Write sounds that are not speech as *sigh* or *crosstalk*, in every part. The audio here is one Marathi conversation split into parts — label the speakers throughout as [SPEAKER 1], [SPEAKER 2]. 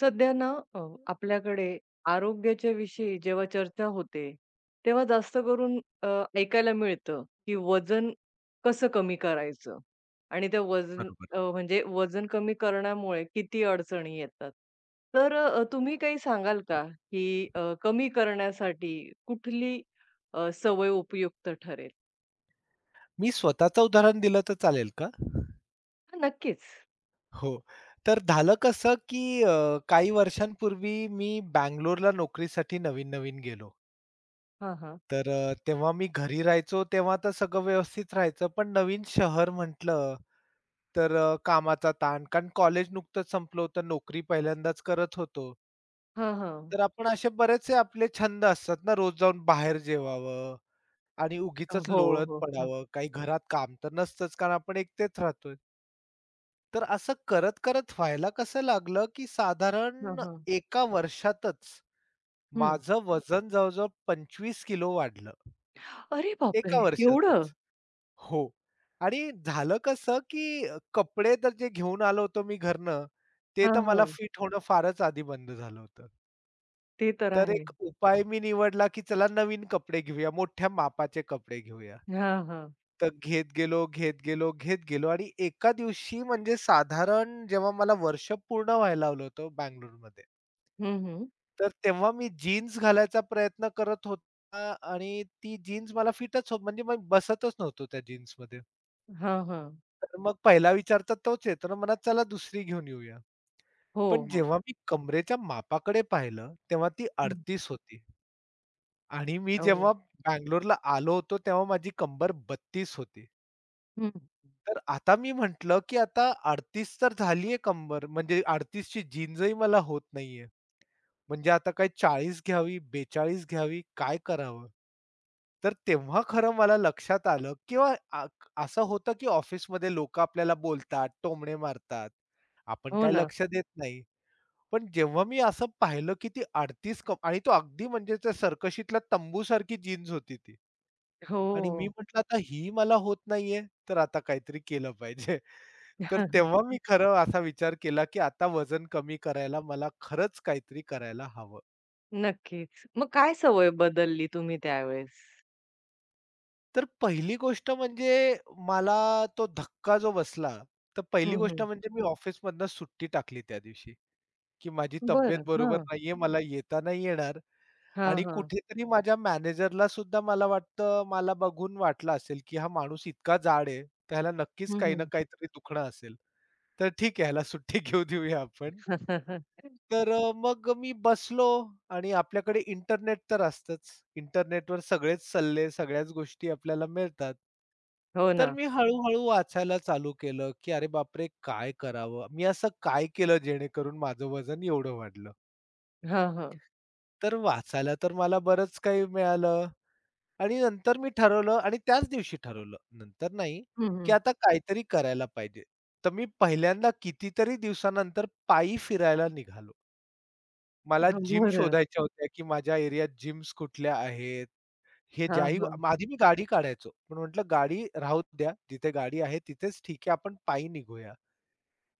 [SPEAKER 1] सध्या ना आपल्याकडे आरोग्याच्या विषयी जेव्हा चर्चा होते, तेव्हा जास्त करून ऐकायला मिळतं, की वजन कसं कमी करायचं? आणि ते वजन म्हणजे वजन कमी करण्यामुळे किती अडचणी येतात. तर तुम्ही काही सांगाल का, की कमी करण्यासाठी कुठली सवय उपयुक्त ठरेल?
[SPEAKER 2] मी स्वतःचं उदाहरण दिलं तर चालेल का?
[SPEAKER 1] हां, नक्कीच.
[SPEAKER 2] हो. तर झालं कसं, की काही वर्षांपूर्वी मी बंगलोरला नोकरीसाठी नवीन-नवीन गेलो.
[SPEAKER 1] हां, हां.
[SPEAKER 2] तर तेव्हा मी घरी राहायचो, तेव्हा तर सगळं व्यवस्थित राहायचं. पण नवीन शहर म्हटलं, तर कामाचा ताण. कारण कॉलेज नुकतंच संपलं होतं, नोकरी पहिल्यांदाच करत होतो.
[SPEAKER 1] हां, हां.
[SPEAKER 2] तर आपण असे बरेचसे आपले छंद असतात ना, रोज जाऊन बाहेर जेवावं आणि उगीचच
[SPEAKER 1] हो,
[SPEAKER 2] लोळत
[SPEAKER 1] हो. हं.
[SPEAKER 2] पडावं. काही घरात काम तर नसतंच, कारण आपण एकटेच राहतोय. तर असं करत-करत व्हायला कसं लागलं, की
[SPEAKER 1] हां,
[SPEAKER 2] साधारण
[SPEAKER 1] हां.
[SPEAKER 2] एका वर्षातच माझं वजन जवळ-जवळ 25 किलो वाढलं.
[SPEAKER 1] अरे बापरे!
[SPEAKER 2] एका
[SPEAKER 1] एवढं?
[SPEAKER 2] वर्षातच. हो. आणि झालं कसं, की कपडे तर जे घेऊन आलो होतो मी घरनं, ते
[SPEAKER 1] हां,
[SPEAKER 2] तर मला
[SPEAKER 1] हां.
[SPEAKER 2] फिट होणं फारच आधी बंद झालं होतं.
[SPEAKER 1] ते तर
[SPEAKER 2] तर
[SPEAKER 1] आहे.
[SPEAKER 2] एक उपाय मी निवडला, की चला नवीन कपडे घेऊया, मोठ्या मापाचे कपडे घेऊया.
[SPEAKER 1] हां, हां.
[SPEAKER 2] तर घेत गेलो, घेत गेलो, घेत गेलो आणि एका दिवशी म्हणजे साधारण जेव्हा मला वर्ष पूर्ण व्हायला आलं होतं बंगलोरमध्ये.
[SPEAKER 1] हं, हं.
[SPEAKER 2] तर तेव्हा मी जीन्स घालायचा प्रयत्न करत होता आणि ती जीन्स मला फिटच होत म्हणजे मी बसतच नव्हतो त्या जीन्समध्ये.
[SPEAKER 1] हां, हां.
[SPEAKER 2] तर मग पहिला विचार तर तोच येतो ना मनात, चला दुसरी घेऊन येऊया.
[SPEAKER 1] हो,
[SPEAKER 2] पण
[SPEAKER 1] हो.
[SPEAKER 2] जेव्हा मी कमरेच्या मापाकडे पाहिलं, तेव्हा ती
[SPEAKER 1] हं.
[SPEAKER 2] 38 होती आणि मी जेव्हा
[SPEAKER 1] हो.
[SPEAKER 2] बंगलोरला आलो होतो, तेव्हा माझी कंबर 32 होती.
[SPEAKER 1] हं.
[SPEAKER 2] तर आता मी म्हटलं, की आता 38 तर झालीये कंबर, म्हणजे 38 ची जींजही मला होत नाहीये. म्हणजे आता काय 40 घ्यावी, 42 घ्यावी, काय करावं? तर तेव्हा खरं मला लक्षात आलं किंवा आ असं होतं, की ऑफिसमध्ये लोकं आपल्याला बोलतात, टोमणे मारतात. आपण
[SPEAKER 1] हो
[SPEAKER 2] काय
[SPEAKER 1] ना.
[SPEAKER 2] लक्ष देत नाही. पण जेव्हा मी असं पाहिलं, की ती 38 आणि तो अगदी म्हणजे त्या सर्कशीतल्या तंबूसारखी जीन्स होती ती आणि मी
[SPEAKER 1] हो.
[SPEAKER 2] म्हटलं, आता ही मला होत नाहीये, तर आता काहीतरी केलं पाहिजे. तर
[SPEAKER 1] *laughs*
[SPEAKER 2] तेव्हा मी खरं असा विचार केला, की आता वजन कमी करायला मला खरंच काहीतरी करायला हवं.
[SPEAKER 1] नक्कीच. मग काय सवय बदलली तुम्ही त्यावेळेस?
[SPEAKER 2] तर पहिली गोष्ट म्हणजे मला तो धक्का जो बसला, तर पहिली
[SPEAKER 1] हं,
[SPEAKER 2] गोष्ट
[SPEAKER 1] हं.
[SPEAKER 2] म्हणजे मी ऑफिसमधनं सुट्टी टाकली त्या दिवशी, की माझी तब्येत
[SPEAKER 1] बरं.
[SPEAKER 2] बरोबर
[SPEAKER 1] हां.
[SPEAKER 2] नाहीये, मला येता नाही येणार
[SPEAKER 1] हां,
[SPEAKER 2] आणि
[SPEAKER 1] हां.
[SPEAKER 2] कुठेतरी माझ्या मॅनेजरला सुद्धा मला वाटतं मला बघून वाटलं असेल, की हा माणूस इतका जाड आहे, तर नक्कीच
[SPEAKER 1] हं,
[SPEAKER 2] काही ना
[SPEAKER 1] हं.
[SPEAKER 2] काहीतरी दुखणं असेल. तर ठीक आहे ह्याला सुट्टी *laughs* घेऊ देऊया आपण.
[SPEAKER 1] *laughs*
[SPEAKER 2] तर मग मी बसलो आणि आपल्याकडे इंटरनेट तर असतंच. इंटरनेटवर सगळेच सल्ले, सगळ्याच गोष्टी आपल्याला मिळतात.
[SPEAKER 1] हो
[SPEAKER 2] तर
[SPEAKER 1] ना.
[SPEAKER 2] मी हळू-हळू वाचायला चालू केलं, की "अरे बापरे! काय करावं? मी असं काय केलं जेणेकरून माझं वजन एवढं वाढलं?"
[SPEAKER 1] हां, हां.
[SPEAKER 2] तर वाचायला तर मला बरंच काही मिळालं आणि नंतर मी ठरवलं आणि त्याच दिवशी ठरवलं, नंतर नाही,
[SPEAKER 1] हं,
[SPEAKER 2] की
[SPEAKER 1] हं.
[SPEAKER 2] आता काहीतरी करायला पाहिजे. तर मी पहिल्यांदा कितीतरी दिवसानंतर पायी फिरायला निघालो. मला
[SPEAKER 1] हां,
[SPEAKER 2] जिम
[SPEAKER 1] बरं.
[SPEAKER 2] शोधायच्या होत्या, की माझ्या एरियात जिम्स कुठल्या आहेत. हे
[SPEAKER 1] हां,
[SPEAKER 2] ज्याही
[SPEAKER 1] हां.
[SPEAKER 2] आधी मी गाडी काढायचो. पण म्हटलं गाडी राहू द्या. जिथे गाडी आहे तिथेच ठीक आहे. आपण पायी निघूया.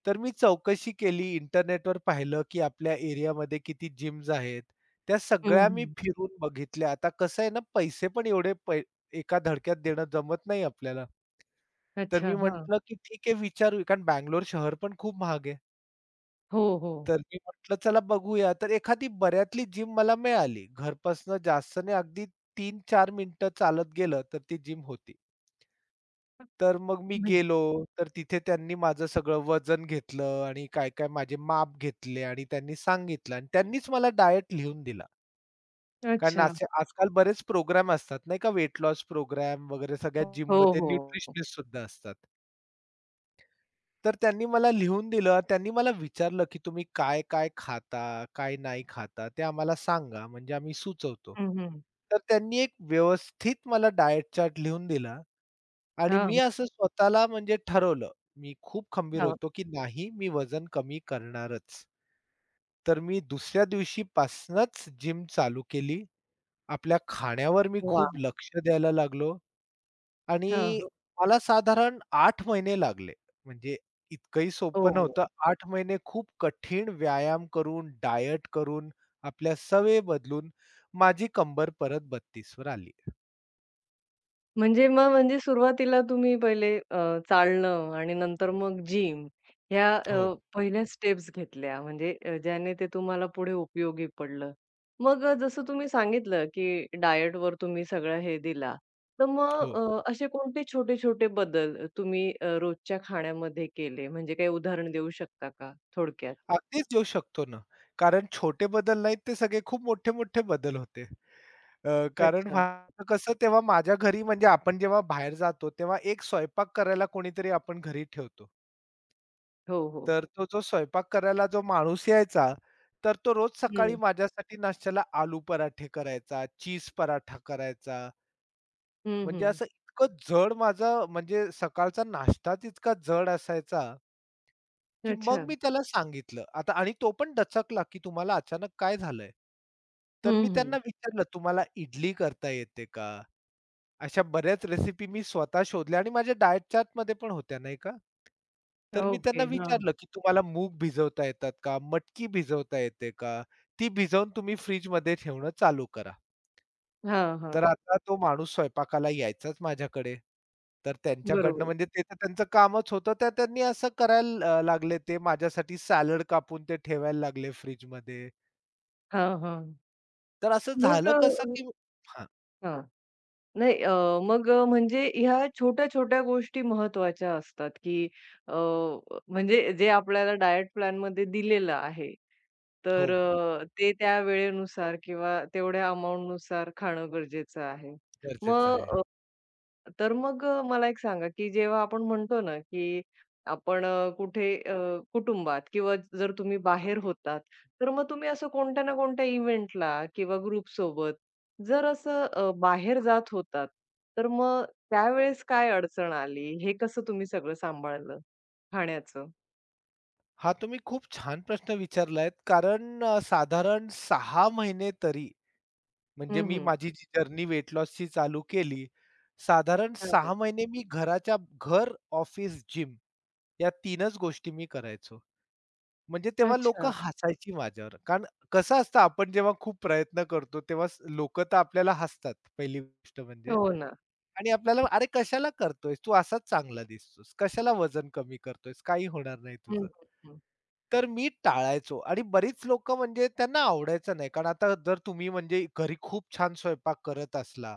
[SPEAKER 2] तर मी चौकशी केली. इंटरनेटवर पाहिलं, की आपल्या एरियामध्ये किती जिम्स आहेत. त्या
[SPEAKER 1] हं,
[SPEAKER 2] सगळ्या मी
[SPEAKER 1] हं.
[SPEAKER 2] फिरून बघितल्या. आता कसं आहे ना, पैसे पण एवढे एका धडक्यात देणं जमत नाही आपल्याला. तर
[SPEAKER 1] अच्छा.
[SPEAKER 2] मी
[SPEAKER 1] हां.
[SPEAKER 2] म्हटलं, की ठीक आहे विचारू कारण बंगलोर शहर पण खूप महाग आहे.
[SPEAKER 1] हो, हो.
[SPEAKER 2] तर मी म्हटलं चला बघूया. तर एखादी बऱ्यातली जिम मला मिळाली. घरपासनं जास्त नाही अगदी तीन-चार मिनिटं चालत गेलं तर ती जिम होती. तर मग मी
[SPEAKER 1] म्हण
[SPEAKER 2] गेलो तर तिथे त्यांनी माझं सगळं वजन घेतलं आणि काय-काय माझे माप घेतले आणि त्यांनी सांगितलं आणि त्यांनीच मला डायट लिहून दिला. कारण
[SPEAKER 1] अच्छा.
[SPEAKER 2] असे आजकाल बरेच प्रोग्राम असतात नाही का वेट लॉस प्रोग्राम वगैरे सगळ्या
[SPEAKER 1] हो,
[SPEAKER 2] जिममध्ये
[SPEAKER 1] हो.
[SPEAKER 2] न्यूट्रिशनिस्ट सुद्धा असतात. तर त्यांनी मला लिहून दिलं. त्यांनी मला विचारलं, की "तुम्ही काय-काय खाता, काय नाही खाता ते आम्हाला सांगा, म्हणजे आम्ही सुचवतो."
[SPEAKER 1] हं, हं.
[SPEAKER 2] तर त्यांनी एक व्यवस्थित मला डाएट चार्ट लिहून दिला आणि मी
[SPEAKER 1] हां,
[SPEAKER 2] असं स्वतःला म्हणजे ठरवलं. मी खूप खंबीर
[SPEAKER 1] हां.
[SPEAKER 2] होतो, की नाही मी वजन कमी करणारच. तर मी दुसऱ्या दिवशीपासनंच जिम चालू केली. आपल्या खाण्यावर मी
[SPEAKER 1] वाह!
[SPEAKER 2] खूप लक्ष द्यायला लागलो.
[SPEAKER 1] हां.
[SPEAKER 2] आणि मला साधारण आठ महिने लागले. म्हणजे इतकंही सोपं
[SPEAKER 1] हो.
[SPEAKER 2] नव्हतं. 8 महिने खूप कठीण व्यायाम करून, डायट करून, आपल्या सवयी बदलून माझी कंबर परत 32 वर आली.
[SPEAKER 1] म्हणजे मग म्हणजे सुरुवातीला तुम्ही पहिले चालणं आणि नंतर मग जिम ह्या
[SPEAKER 2] हो,
[SPEAKER 1] पहिल्या स्टेप्स घेतल्या म्हणजे ज्याने ते तुम्हाला पुढे उपयोगी पडलं. मग जसं तुम्ही सांगितलं, की डायटवर तुम्ही सगळं हे दिला. तर मग
[SPEAKER 2] हो.
[SPEAKER 1] असे कोणते छोटे-छोटे बदल तुम्ही रोजच्या खाण्यामध्ये केले? म्हणजे काही उदाहरण देऊ शकता का थोडक्यात?
[SPEAKER 2] अगदीच येऊ शकतो ना. कारण छोटे बदल नाहीत ते सगळे खूप मोठे-मोठे बदल होते. अ, कारण
[SPEAKER 1] अच्छा.
[SPEAKER 2] व्हायचं कसं तेव्हा माझ्या घरी म्हणजे आपण जेव्हा बाहेर जातो, तेव्हा एक स्वयंपाक करायला कोणीतरी आपण घरी ठेवतो.
[SPEAKER 1] हो, हो.
[SPEAKER 2] तर तो जो स्वयंपाक करायला जो माणूस यायचा, तर तो रोज सकाळी
[SPEAKER 1] हं.
[SPEAKER 2] माझ्यासाठी नाश्त्याला आलू पराठे करायचा, चीज पराठा करायचा.
[SPEAKER 1] हं,
[SPEAKER 2] म्हणजे
[SPEAKER 1] हं.
[SPEAKER 2] असं इतकं जड माझं म्हणजे सकाळचा नाश्ताच इतका जड असायचा, की मग
[SPEAKER 1] अच्छा.
[SPEAKER 2] मी त्याला सांगितलं. आता आणि तो पण दचकला, की "तुम्हाला अचानक काय झालंय?" तर मी
[SPEAKER 1] हं,
[SPEAKER 2] त्यांना
[SPEAKER 1] हं.
[SPEAKER 2] विचारलं, "तुम्हाला इडली करता येते का?" अशा बऱ्याच रेसिपी मी स्वतः शोधल्या आणि माझ्या डाएट चार्टमध्ये पण होत्या नाही का. तर मी त्यांना
[SPEAKER 1] ओके. हां.
[SPEAKER 2] विचारलं, की "तुम्हाला मूग भिजवता येतात का? मटकी भिजवता येते का? ती भिजवून तुम्ही फ्रिजमध्ये ठेवणं चालू करा."
[SPEAKER 1] हां, हां.
[SPEAKER 2] तर आता तो माणूस स्वयंपाकाला यायचाच माझ्याकडे. तर त्यांच्याकडनं
[SPEAKER 1] बरोबर.
[SPEAKER 2] म्हणजे ते तर त्यांचं कामच होतं. तर त्यांनी असं करायला लागले ते माझ्यासाठी सॅलड कापून ते ठेवायला लागले फ्रिजमध्ये.
[SPEAKER 1] हां, हां.
[SPEAKER 2] तर असं
[SPEAKER 1] मग
[SPEAKER 2] झालं
[SPEAKER 1] अ,
[SPEAKER 2] कसं, की हां.
[SPEAKER 1] हां. नाही अ, म्हणजे ह्या छोट्या-छोट्या गोष्टी महत्त्वाच्या असतात, की अ, म्हणजे जे आपल्याला डायट प्लॅनमध्ये दिलेलं आहे, तर
[SPEAKER 2] हो,
[SPEAKER 1] ते त्या वेळेनुसार किंवा तेवढ्या अमाउंटनुसार खाणं गरजेचं आहे.
[SPEAKER 2] गरजेचं
[SPEAKER 1] मग
[SPEAKER 2] आहे.
[SPEAKER 1] अ, तर मग मला एक सांगा, की जेव्हा आपण म्हणतो ना, की आपण कुठे कुटुंबात किंवा जर तुम्ही बाहेर होतात, तर मग तुम्ही असं कोणत्या ना कोणत्या इव्हेंटला किंवा ग्रुपसोबत जर असं बाहेर जात होतात, तर मग त्यावेळेस काय अडचण आली? हे कसं तुम्ही सगळं सांभाळलं खाण्याचं?
[SPEAKER 2] हा तुम्ही खूप छान प्रश्न विचारलायत. कारण साधारण 6 महिने तरी म्हणजे
[SPEAKER 1] हं,
[SPEAKER 2] मी
[SPEAKER 1] हं.
[SPEAKER 2] माझी जी जर्नी वेट लॉसची चालू केली, साधारण
[SPEAKER 1] हो.
[SPEAKER 2] सहा महिने मी घराच्या घर, ऑफिस, जिम या 3च गोष्टी मी करायचो. म्हणजे तेव्हा
[SPEAKER 1] अच्छा.
[SPEAKER 2] लोकं हसायची माझ्यावर. कारण कसं असतं आपण जेव्हा खूप प्रयत्न करतो तेव्हा लोकं तर आपल्याला हसतात पहिली गोष्ट म्हणजे
[SPEAKER 1] हो ना.
[SPEAKER 2] आणि आपल्याला "अरे कशाला करतोयस? तू असाच चांगला दिसतोस. कशाला वजन कमी करतोयस? काही होणार नाही
[SPEAKER 1] हं,
[SPEAKER 2] तुझं."
[SPEAKER 1] हं, हं.
[SPEAKER 2] तर मी टाळायचो आणि बरीच लोकं म्हणजे त्यांना आवडायचं नाही. कारण आता जर तुम्ही म्हणजे घरी खूप छान स्वयंपाक करत असला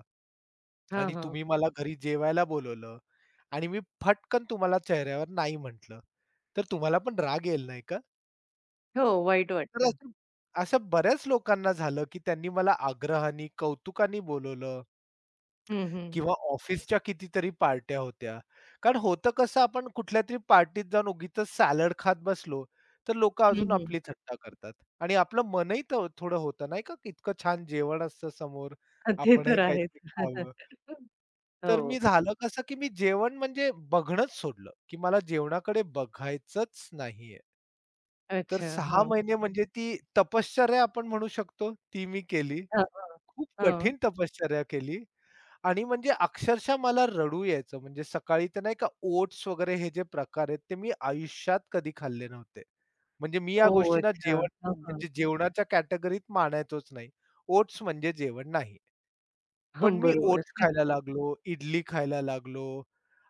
[SPEAKER 1] हां,
[SPEAKER 2] आणि
[SPEAKER 1] हां.
[SPEAKER 2] तुम्ही मला घरी जेवायला बोलवलं आणि मी फटकन तुम्हाला चेहऱ्यावर नाही म्हटलं, तर तुम्हाला पण राग येईल नाही का?
[SPEAKER 1] हो, वाईट
[SPEAKER 2] तर
[SPEAKER 1] वाटतं.
[SPEAKER 2] असं असं बऱ्याच लोकांना झालं, की त्यांनी मला आग्रहाने, कौतुकाने बोलवलं.
[SPEAKER 1] हं, हं.
[SPEAKER 2] किंवा ऑफिसच्या कितीतरी पार्ट्या होत्या. कारण होतं कसं आपण कुठल्या तरी पार्टीत जाऊन उगीचच सॅलड खात बसलो, तर लोकं
[SPEAKER 1] हं,
[SPEAKER 2] अजून
[SPEAKER 1] हं. *laughs*
[SPEAKER 2] आपली थट्टा करतात आणि आपलं मनही तर थोडं होतं नाही का, की इतकं छान जेवण असतं समोर,
[SPEAKER 1] हां, ते
[SPEAKER 2] आपणही
[SPEAKER 1] तर आहेच.
[SPEAKER 2] काहीतरी खावं.
[SPEAKER 1] *laughs*
[SPEAKER 2] तर मी
[SPEAKER 1] हो.
[SPEAKER 2] झालं कसं, की मी जेवण म्हणजे बघणंच सोडलं, की मला जेवणाकडे बघायचंच नाहीये. तर
[SPEAKER 1] अच्छा.
[SPEAKER 2] 6
[SPEAKER 1] हां.
[SPEAKER 2] महिने म्हणजे ती तपश्चर्या आपण म्हणू शकतो, ती मी केली.
[SPEAKER 1] हां, हां.
[SPEAKER 2] खूप
[SPEAKER 1] हां.
[SPEAKER 2] कठीण तपश्चर्या केली. आणि म्हणजे अक्षरशः मला रडू यायचं. म्हणजे सकाळी तर नाही का ओट्स वगैरे हे जे प्रकार आहेत, ते मी आयुष्यात कधी खाल्ले नव्हते. म्हणजे मी या
[SPEAKER 1] ओह!
[SPEAKER 2] गोष्टींना
[SPEAKER 1] अच्छा.
[SPEAKER 2] जेवण
[SPEAKER 1] हां, हां.
[SPEAKER 2] म्हणजे जेवणाच्या कॅटेगरीत मानायचोच नाही. ओट्स म्हणजे जेवण नाही. पण
[SPEAKER 1] हं,
[SPEAKER 2] मी
[SPEAKER 1] बरोबर.
[SPEAKER 2] ओट्स खायला लागलो, इडली खायला लागलो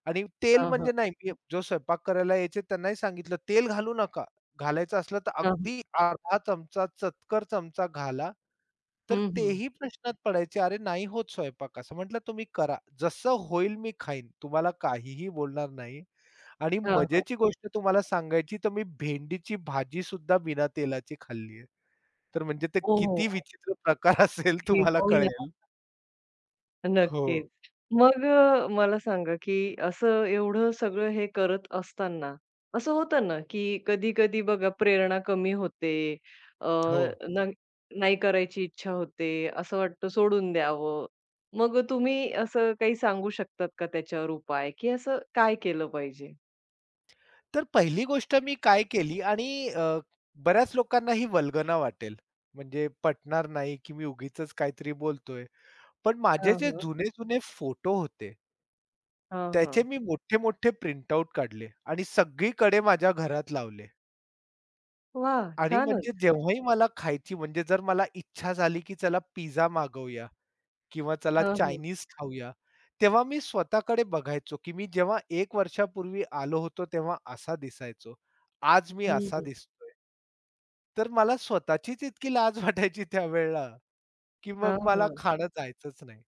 [SPEAKER 2] आणि तेल
[SPEAKER 1] हां, हां.
[SPEAKER 2] म्हणजे नाही, मी जो स्वयंपाक करायला यायचे त्यांनाही सांगितलं, "तेल घालू नका. घालायचं असलं तर
[SPEAKER 1] हां, हां.
[SPEAKER 2] अगदी अर्धा चमचा, चतकर चमचा घाला." तर
[SPEAKER 1] हं, हं.
[SPEAKER 2] तेही प्रश्नात पडायचे, "अरे नाही होत स्वयंपाक असा." म्हटलं, "तुम्ही करा. जसं होईल मी खाईन. तुम्हाला काहीही बोलणार नाही." आणि
[SPEAKER 1] हां, हां.
[SPEAKER 2] मजेची गोष्ट तुम्हाला सांगायची तर मी भेंडीची भाजीसुद्धा बिना तेलाची खाल्ली आहे. तर म्हणजे ते किती
[SPEAKER 1] ओह!
[SPEAKER 2] विचित्र प्रकार असेल
[SPEAKER 1] किती
[SPEAKER 2] तुम्हाला
[SPEAKER 1] हो ना.
[SPEAKER 2] कळेल. हो,
[SPEAKER 1] नक्कीच. मग मला सांगा, की असं एवढं सगळं हे करत असताना, असं होतं ना, की कधी-कधी बघा प्रेरणा कमी होते, अ,
[SPEAKER 2] हो.
[SPEAKER 1] न नाही करायची इच्छा होते, असं वाटतं सोडून द्यावं. मग तुम्ही असं काही सांगू शकतात का त्याच्यावर उपाय, की असं काय केलं पाहिजे?
[SPEAKER 2] तर पहिली गोष्ट मी काय केली आणि बऱ्याच लोकांना ही वल्गना वाटेल, म्हणजे पटणार नाही, की मी उगीचच काहीतरी बोलतोय. पण माझे
[SPEAKER 1] हां,
[SPEAKER 2] जे
[SPEAKER 1] हां.
[SPEAKER 2] जुने-जुने फोटो होते,
[SPEAKER 1] हां,
[SPEAKER 2] त्याचे
[SPEAKER 1] हां.
[SPEAKER 2] मी मोठे-मोठे प्रिंटआउट काढले आणि सगळीकडे माझ्या घरात लावले
[SPEAKER 1] वाह!
[SPEAKER 2] आणि
[SPEAKER 1] छानच.
[SPEAKER 2] म्हणजे जेव्हाही मला खायची म्हणजे जर मला इच्छा झाली, की चला पिझ्झा मागवूया, किंवा चला
[SPEAKER 1] हां, हां.
[SPEAKER 2] चायनीज खाऊया. तेव्हा मी स्वतःकडे बघायचो, की मी जेव्हा 1 वर्षापूर्वी आलो होतो, तेव्हा असा दिसायचो. आज मी
[SPEAKER 1] हं,
[SPEAKER 2] असा
[SPEAKER 1] हं.
[SPEAKER 2] दिसतोय. तर मला स्वतःचीच इतकी लाज *laughs* वाटायची त्यावेळेला, की मग मला
[SPEAKER 1] हां,
[SPEAKER 2] खाणं जायचंच नाही.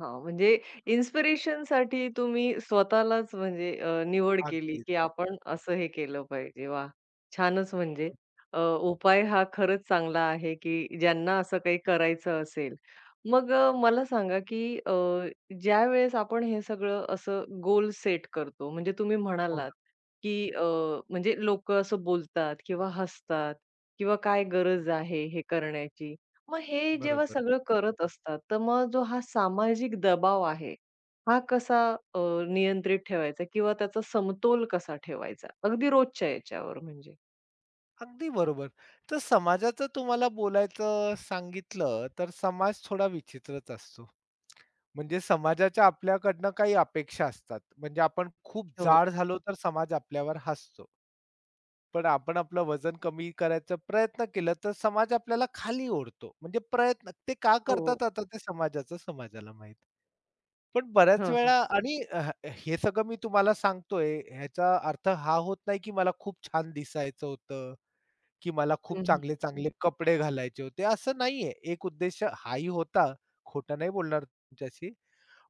[SPEAKER 1] हां, म्हणजे इन्स्पिरेशनसाठी तुम्ही स्वतःलाच म्हणजे निवड केली,
[SPEAKER 2] अगदीच.
[SPEAKER 1] की आपण असं हे केलं पाहिजे. वाह! छानच म्हणजे अ, उपाय हा खरंच चांगला आहे, की ज्यांना असं काही करायचं असेल. मग मला सांगा, की ज्यावेळेस आपण हे सगळं असं गोल सेट करतो, म्हणजे तुम्ही
[SPEAKER 2] हो
[SPEAKER 1] म्हणालात,
[SPEAKER 2] ना.
[SPEAKER 1] की म्हणजे लोकं असं बोलतात किंवा हसतात किंवा काय गरज आहे हे करण्याची. मग हे जेव्हा
[SPEAKER 2] बरोबर.
[SPEAKER 1] सगळं करत असतात, तर मग जो हा सामाजिक दबाव आहे, हा कसा अ, नियंत्रित ठेवायचा किंवा त्याचा समतोल कसा ठेवायचा? अगदी रोजच्या याच्यावर म्हणजे?
[SPEAKER 2] अगदी बरोबर. तर समाजाचं तुम्हाला बोलायचं सांगितलं, तर समाज थोडा विचित्रच असतो. म्हणजे समाजाच्या आपल्याकडनं काही अपेक्षा असतात. म्हणजे आपण खूप
[SPEAKER 1] हो,
[SPEAKER 2] जाड झालो, तर समाज आपल्यावर हसतो. पण आपण आपलं वजन कमी करायचा प्रयत्न केला, तर समाज आपल्याला खाली ओढतो. म्हणजे प्रयत्न ते का
[SPEAKER 1] हो.
[SPEAKER 2] करतात आता ते समाजाचं समाजाला माहीत. पण बऱ्याच
[SPEAKER 1] हां, हां.
[SPEAKER 2] वेळा आणि हे सगळं मी तुम्हाला सांगतोय, ह्याचा अर्थ हा होत नाही, की मला खूप छान दिसायचं होतं, की मला खूप
[SPEAKER 1] हं, हं.
[SPEAKER 2] चांगले-चांगले कपडे घालायचे होते. असं नाहीये. एक उद्देश हाही होता, खोटं नाही बोलणार तुमच्याशी.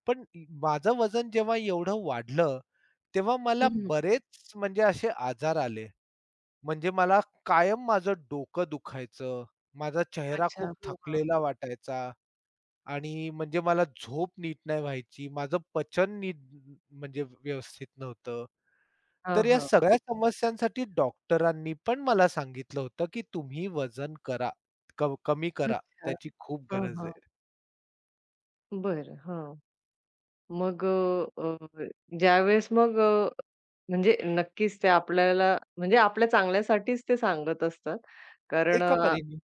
[SPEAKER 2] पण माझं वजन जेव्हा एवढं वाढलं, तेव्हा
[SPEAKER 1] हं,
[SPEAKER 2] मला
[SPEAKER 1] हं.
[SPEAKER 2] बरेच म्हणजे असे आजार आले. म्हणजे मला कायम माझं डोकं दुखायचं, माझा चेहरा
[SPEAKER 1] अच्छा.
[SPEAKER 2] खूप
[SPEAKER 1] हो, हां.
[SPEAKER 2] थकलेला वाटायचा आणि म्हणजे मला झोप नीट नाही व्हायची, माझं पचन नीट म्हणजे व्यवस्थित नव्हतं. तर
[SPEAKER 1] हां,
[SPEAKER 2] या
[SPEAKER 1] हां.
[SPEAKER 2] सगळ्या समस्यांसाठी डॉक्टरांनी पण मला सांगितलं होतं, की तुम्ही वजन करा, कमी करा,
[SPEAKER 1] अच्छा.
[SPEAKER 2] त्याची खूप
[SPEAKER 1] हां,
[SPEAKER 2] गरज
[SPEAKER 1] हां.
[SPEAKER 2] आहे.
[SPEAKER 1] बरं. हां. मग ज्यावेळेस मग म्हणजे नक्कीच ते आपल्याला म्हणजे आपल्या चांगल्यासाठीच ते सांगत असतात. कारण
[SPEAKER 2] एका परीने.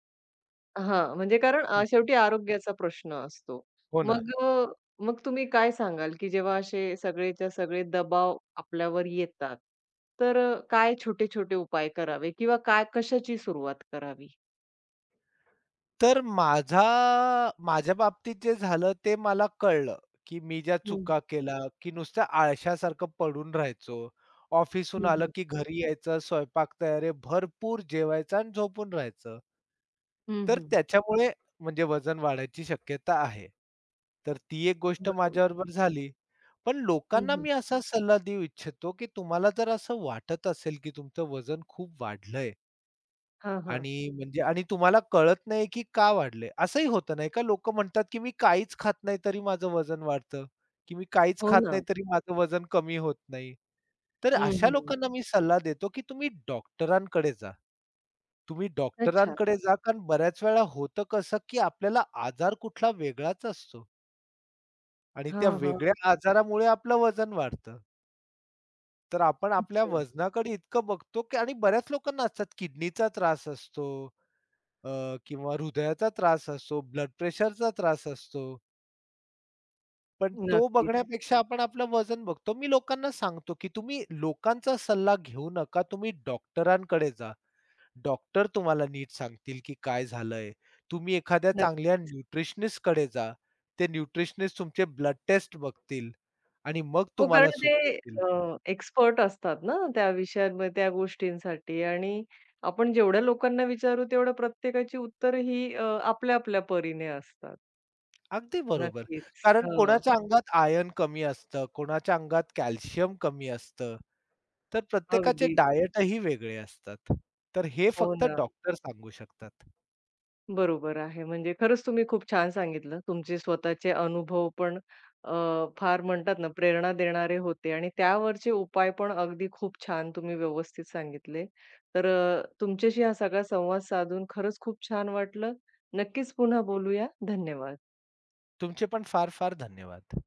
[SPEAKER 1] हां, म्हणजे कारण शेवटी आरोग्याचा प्रश्न असतो.
[SPEAKER 2] हो ना.
[SPEAKER 1] मग अ, मग तुम्ही काय सांगाल, की जेव्हा असे सगळेच्या सगळे दबाव आपल्यावर येतात, तर काय छोटे-छोटे उपाय करावे किंवा काय कशाची सुरुवात करावी?
[SPEAKER 2] तर माझ्या बाबतीत जे झालं ते मला कळलं, की मी ज्या
[SPEAKER 1] हं,
[SPEAKER 2] चुका केल्या, की नुसत्या आळशासारखं पडून राहायचो. ऑफिसहून
[SPEAKER 1] हं,
[SPEAKER 2] आलं
[SPEAKER 1] हं.
[SPEAKER 2] की घरी यायचं, स्वयंपाक तयारी भरपूर जेवायचं आणि झोपून राहायचं. तर
[SPEAKER 1] हं,
[SPEAKER 2] त्याच्यामुळे म्हणजे वजन वाढायची शक्यता आहे. तर ती एक गोष्ट
[SPEAKER 1] बरोबर.
[SPEAKER 2] माझ्याबरोबर झाली. पण
[SPEAKER 1] हं,
[SPEAKER 2] लोकांना
[SPEAKER 1] हं.
[SPEAKER 2] मी असा सल्ला देऊ इच्छितो, की तुम्हाला जर असं वाटत असेल, की तुमचं वजन खूप वाढलंय,
[SPEAKER 1] हां, हां.
[SPEAKER 2] आणि म्हणजे आणि तुम्हाला कळत नाही की का वाढले? असंही होतं नाही का लोकं म्हणतात की मी काहीच खात नाही तरी माझं वजन वाढतं, की मी काहीच
[SPEAKER 1] हो
[SPEAKER 2] खात
[SPEAKER 1] ना.
[SPEAKER 2] नाही तरी माझं वजन कमी होत नाही. तर
[SPEAKER 1] हं,
[SPEAKER 2] अशा
[SPEAKER 1] हं.
[SPEAKER 2] लोकांना मी सल्ला देतो की तुम्ही डॉक्टरांकडे जा. तुम्ही
[SPEAKER 1] अच्छा.
[SPEAKER 2] डॉक्टरांकडे जा कारण बऱ्याच वेळा होतं कसं की आपल्याला आजार कुठला वेगळाच असतो आणि
[SPEAKER 1] हां,
[SPEAKER 2] त्या
[SPEAKER 1] हां.
[SPEAKER 2] वेगळ्या आजारामुळे आपलं वजन वाढतं. तर आपण आपल्या
[SPEAKER 1] अच्छा.
[SPEAKER 2] वजनाकडे इतकं बघतो की आणि बऱ्याच लोकांना असतात किडनीचा त्रास असतो किंवा हृदयाचा त्रास असतो, ब्लड प्रेशरचा त्रास असतो. पण तो
[SPEAKER 1] नक्कीच,
[SPEAKER 2] बघण्यापेक्षा आपण आपलं वजन बघतो. मी लोकांना सांगतो, की तुम्ही लोकांचा सल्ला घेऊ नका. तुम्ही डॉक्टरांकडे जा. डॉक्टर तुम्हाला नीट सांगतील, की काय झालंय. तुम्ही एखाद्या चांगल्या
[SPEAKER 1] नक्की.
[SPEAKER 2] न्यूट्रिशनिस्टकडे जा. ते न्यूट्रिशनिस्ट तुमचे ब्लड टेस्ट बघतील आणि मग
[SPEAKER 1] हो,
[SPEAKER 2] तुम्हाला
[SPEAKER 1] कारण ते
[SPEAKER 2] सुचवतील.
[SPEAKER 1] एक्सपर्ट असतात ना त्या विषयांमध्ये, त्या गोष्टींसाठी आणि आपण जेवढ्या लोकांना विचारू तेवढ्या प्रत्येकाची उत्तर ही आपल्या आपल्या परीने असतात.
[SPEAKER 2] अगदी बरोबर.
[SPEAKER 1] नक्कीच.
[SPEAKER 2] कारण
[SPEAKER 1] हां,
[SPEAKER 2] कोणाच्या अंगात आयर्न कमी असतं, कोणाच्या अंगात कॅल्शियम कमी असतं. तर प्रत्येकाचे
[SPEAKER 1] अगदी.
[SPEAKER 2] डायटही वेगळे असतात. तर हे
[SPEAKER 1] हो
[SPEAKER 2] फक्त
[SPEAKER 1] ना.
[SPEAKER 2] डॉक्टर सांगू शकतात.
[SPEAKER 1] बरोबर आहे. म्हणजे खरंच तुम्ही खूप छान सांगितलं. तुमचे स्वतःचे अनुभव पण अ, फार म्हणतात ना प्रेरणा देणारे होते आणि त्यावरचे उपाय पण अगदी खूप छान तुम्ही व्यवस्थित सांगितले. तर तुमच्याशी हा सगळा संवाद साधून खरंच खूप छान वाटलं. नक्कीच पुन्हा बोलूया. धन्यवाद.
[SPEAKER 2] तुमचे पण फार-फार धन्यवाद.